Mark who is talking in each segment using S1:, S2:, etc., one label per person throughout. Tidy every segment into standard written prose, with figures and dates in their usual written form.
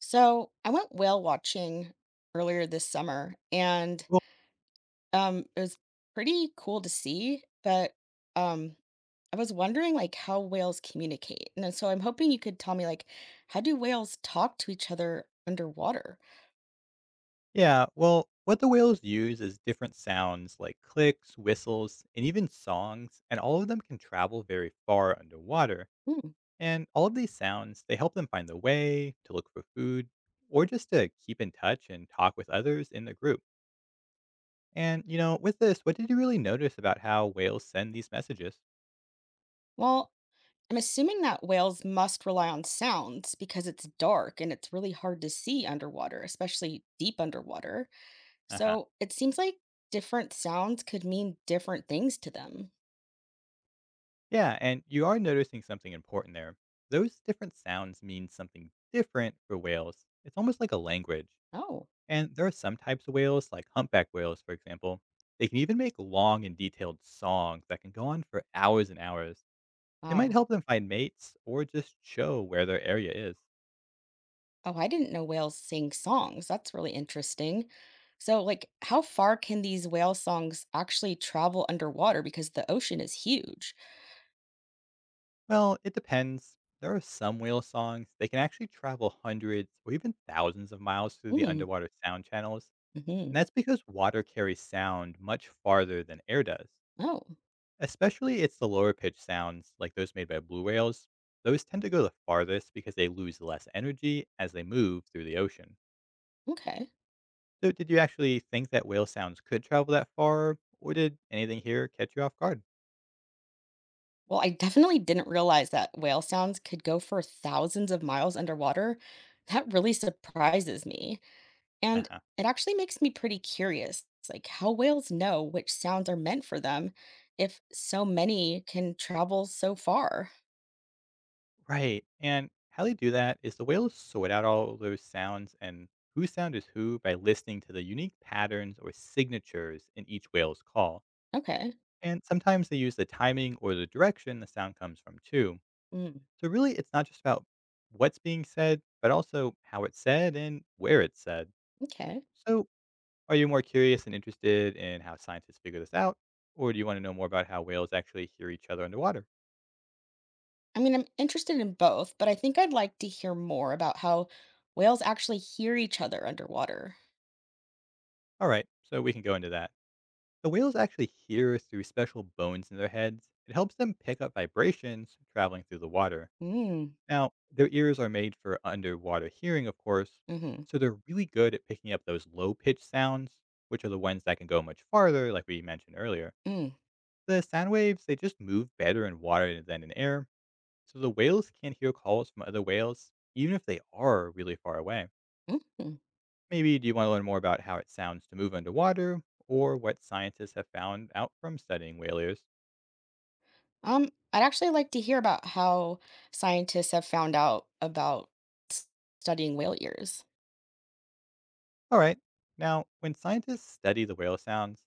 S1: So I went whale watching earlier this summer, and
S2: Well,
S1: it was pretty cool to see. But um, I was wondering like how whales communicate, so I'm hoping you could tell me like how do whales talk to each other underwater?
S2: yeah. Well, what the whales use is different sounds like clicks, whistles, and even songs, and all of them can travel very far underwater.
S1: Hmm.
S2: And all of these sounds, they help them find the way, to look for food, or just to keep in touch and talk with others in the group. And, you know, with this, what did you really notice about how whales send these messages?
S1: Well, I'm assuming that whales must rely on sounds because it's dark and it's really hard to see underwater, especially deep underwater.
S2: Uh huh.
S1: So it seems like different sounds could mean different things to them.
S2: Yeah, and you are noticing something important there. Those different sounds mean something different for whales. It's almost like a language.
S1: Oh,
S2: And there are some types of whales, like humpback whales, for example. They can even make long and detailed songs that can go on for hours and hours. They might
S1: wow.
S2: help them find mates or just show where their area is.
S1: Oh, I didn't know whales sing songs. That's really interesting. So, like, how far can these whale songs actually travel underwater? Because the ocean is huge.
S2: Well, it depends. There are some whale songs, they can actually travel hundreds or even thousands of miles through the underwater sound channels.
S1: Mm-hmm.
S2: And that's because water carries sound much farther than air does.
S1: Oh,
S2: Especially it's the lower pitch sounds, like those made by blue whales. Those tend to go the farthest because they lose less energy as they move through the ocean.
S1: okay.
S2: So, did you actually think that whale sounds could travel that far, or did anything here catch you off guard?
S1: Well, I definitely didn't realize that whale sounds could go for thousands of miles underwater. That really surprises me. And
S2: Uh-huh.
S1: it actually makes me pretty curious, like how whales know which sounds are meant for them if so many can travel so far.
S2: Right. And how they do that is the whales sort out all those sounds and who sound is who by listening to the unique patterns or signatures in each whale's call.
S1: Okay.
S2: And sometimes they use the timing or the direction the sound comes from, too.
S1: Mm,
S2: So really, it's not just about what's being said, but also how it's said and where it's said.
S1: okay.
S2: So are you more curious and interested in how scientists figure this out? Or do you want to know more about how whales actually hear each other underwater?
S1: I mean, I'm interested in both, but I think I'd like to hear more about how whales actually hear each other underwater.
S2: All right, so we can go into that. The whales actually hear through special bones in their heads. It helps them pick up vibrations traveling through the water.
S1: Mm,
S2: Now, their ears are made for underwater hearing, of course,
S1: mm-hmm,
S2: so they're really good at picking up those low pitched sounds, which are the ones that can go much farther, like we mentioned earlier.
S1: mm,
S2: The sound waves, they just move better in water than in air, so the whales can't hear calls from other whales, even if they are really far away.
S1: mm-hmm.
S2: Maybe do you want to learn more about how it sounds to move underwater, or what scientists have found out from studying whale ears?
S1: I'd actually like to hear about how scientists have found out about s- studying whale ears.
S2: All right. Now, when scientists study the whale sounds,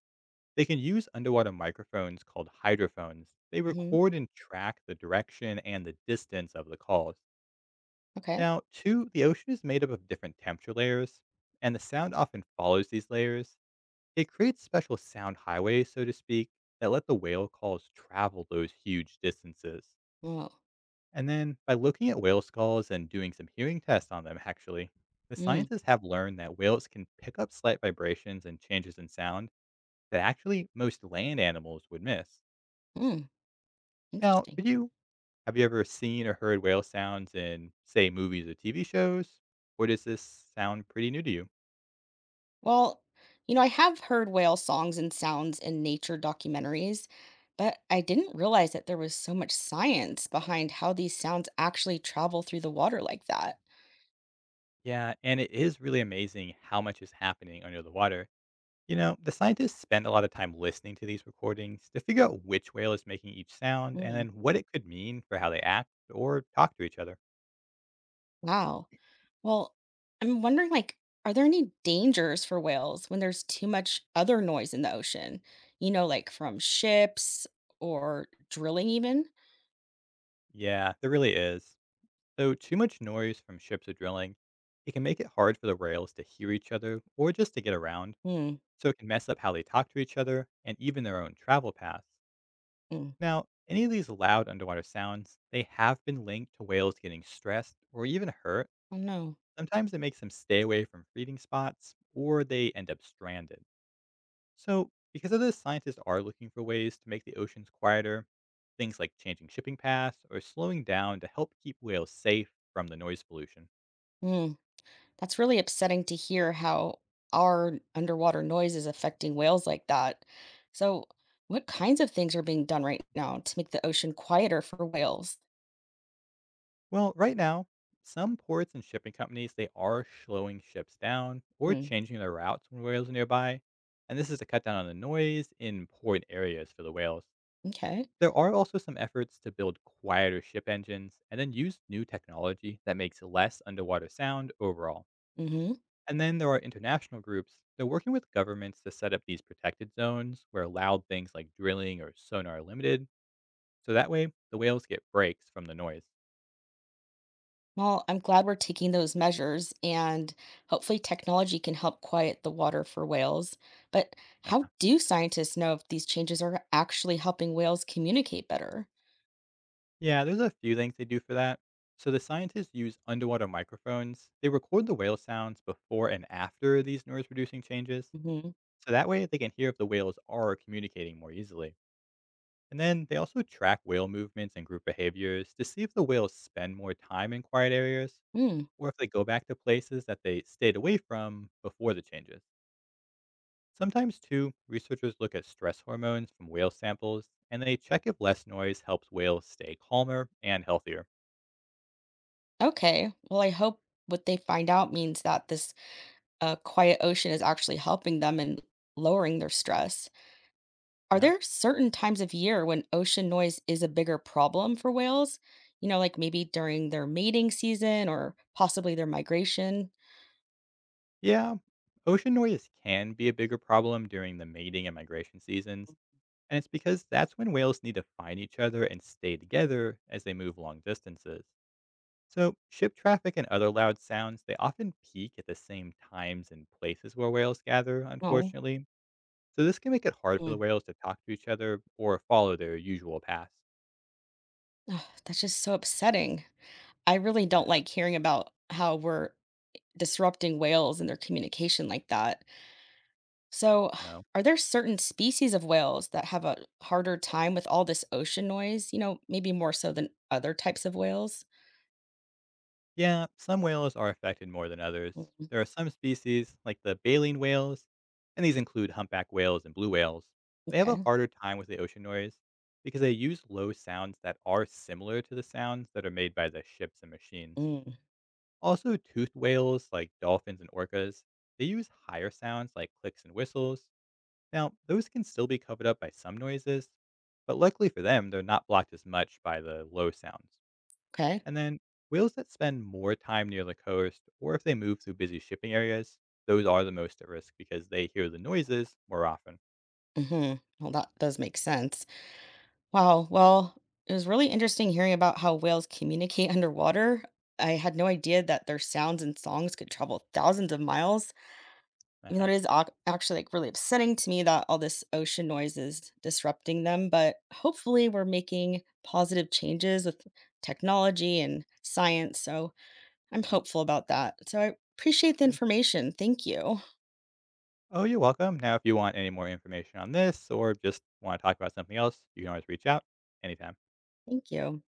S2: they can use underwater microphones called hydrophones. They
S1: Mm-hmm.
S2: record and track the direction and the distance of the calls.
S1: Okay.
S2: Now, two, the ocean is made up of different temperature layers, and the sound often follows these layers. It creates special sound highways, so to speak, that let the whale calls travel those huge distances.
S1: Well,
S2: And then by looking at whale skulls and doing some hearing tests on them, actually, the
S1: mm,
S2: scientists have learned that whales can pick up slight vibrations and changes in sound that actually most land animals would miss.
S1: mm,
S2: Now,
S1: interesting.
S2: for you, have you ever seen or heard whale sounds in, say, movies or TV shows? Or does this sound pretty new to you?
S1: Well, you know, I have heard whale songs and sounds in nature documentaries, but I didn't realize that there was so much science behind how these sounds actually travel through the water like that.
S2: Yeah, and it is really amazing how much is happening under the water. You know, the scientists spend a lot of time listening to these recordings to figure out which whale is making each sound and
S1: Mm,
S2: then what it could mean for how they act or talk to each other.
S1: wow. Well, I'm wondering like are there any dangers for whales when there's too much other noise in the ocean? You know, like from ships or drilling even?
S2: Yeah, there really is. So, too much noise from ships or drilling, it can make it hard for the whales to hear each other or just to get around.
S1: Hmm.
S2: So, it can mess up how they talk to each other and even their own travel paths.
S1: Mm,
S2: Now, any of these loud underwater sounds, they have been linked to whales getting stressed or even hurt.
S1: I don't
S2: Sometimes it makes them stay away from feeding spots or they end up stranded. So, because of this, scientists are looking for ways to make the oceans quieter, things like changing shipping paths or slowing down to help keep whales safe from the noise pollution.
S1: know. That's really upsetting to hear how our underwater noise is affecting whales like that. So, what
S2: Uh-huh.
S1: kinds of things are being done right now to make the ocean quieter for whales?
S2: Well, right now, some ports and shipping companies, they are slowing ships down or
S1: Hmm.
S2: changing their routes when whales are nearby, and this is to cut down on the noise in port areas for the whales.
S1: Okay.
S2: There are also some efforts to build quieter ship engines and then use new technology that makes less underwater sound overall.
S1: Hmm.
S2: And then there are international groups. They're working with governments to set up these protected zones where loud things like drilling or sonar are limited. So that way, the whales get breaks from the noise.
S1: Well, I'm glad we're taking those measures, and hopefully, technology can help quiet the water for whales. But
S2: Uh-huh.
S1: how do scientists know if these changes are actually helping whales communicate better?
S2: Yeah, there's a few things they do for that. So the scientists use underwater microphones. They record the whale sounds before and after these noise reducing changes.
S1: Mm-hmm.
S2: So that way, they can hear if the whales are communicating more easily. And then they also track whale movements and group behaviors to see if the whales spend more time in quiet areas
S1: Hmm.
S2: or if they go back to places that they stayed away from before the changes. Sometimes, too, researchers look at stress hormones from whale samples and they check if less noise helps whales stay calmer and healthier.
S1: Okay. Well, I hope what they find out means that this a quiet ocean is actually helping them and lowering their stress. Are
S2: Uh-huh.
S1: there certain times of year when ocean noise is a bigger problem for whales? You know, like maybe during their mating season or possibly their migration?
S2: Yeah, ocean noise can be a bigger problem during the mating and migration seasons, and it's because that's when whales need to find each other and stay together as they move long distances. So, ship traffic and other loud sounds, they often peak at the same times and places where whales gather,
S1: No.
S2: unfortunately. So this can make it hard for the
S1: Mm.
S2: whales to talk to each other or follow their usual paths.
S1: Ugh, that's just so upsetting. I really
S2: Eh,
S1: don't like hearing about how we're disrupting whales and their communication like that. So,
S2: no.
S1: are there certain species of whales that have a harder time with all this ocean noise? You know, maybe more so than other types of whales?
S2: Yeah, some whales are affected more than others. There are some species, like the baleen whales, and these include humpback whales and blue whales. They have a
S1: Okay.
S2: harder time with the ocean noise because they use low sounds that are similar to the sounds that are made by the ships and machines.
S1: Mm,
S2: Also, toothed whales, like dolphins and orcas, they use higher sounds like clicks and whistles. Now, those can still be covered up by some noises, but luckily for them, they're not blocked as much by the low sounds.
S1: okay.
S2: And then whales that spend more time near the coast or if they move through busy shipping areas, those are the most at risk because they hear the noises more often.
S1: Hmm. Well, that does make sense. Wow. Well, it was really interesting hearing about how whales communicate underwater. I had no idea that their sounds and songs could travel thousands of miles. Even
S2: Uh-huh.
S1: though it is actually like really upsetting to me that all this ocean noise is disrupting them, but hopefully we're making positive changes with technology and science. So I'm
S2: Yeah.
S1: hopeful about that. So I appreciate the
S2: Good.
S1: information. Thank you.
S2: Oh, you're welcome. Now, if you want any more information on this or just want to talk about something else, you can always reach out anytime.
S1: Thank you.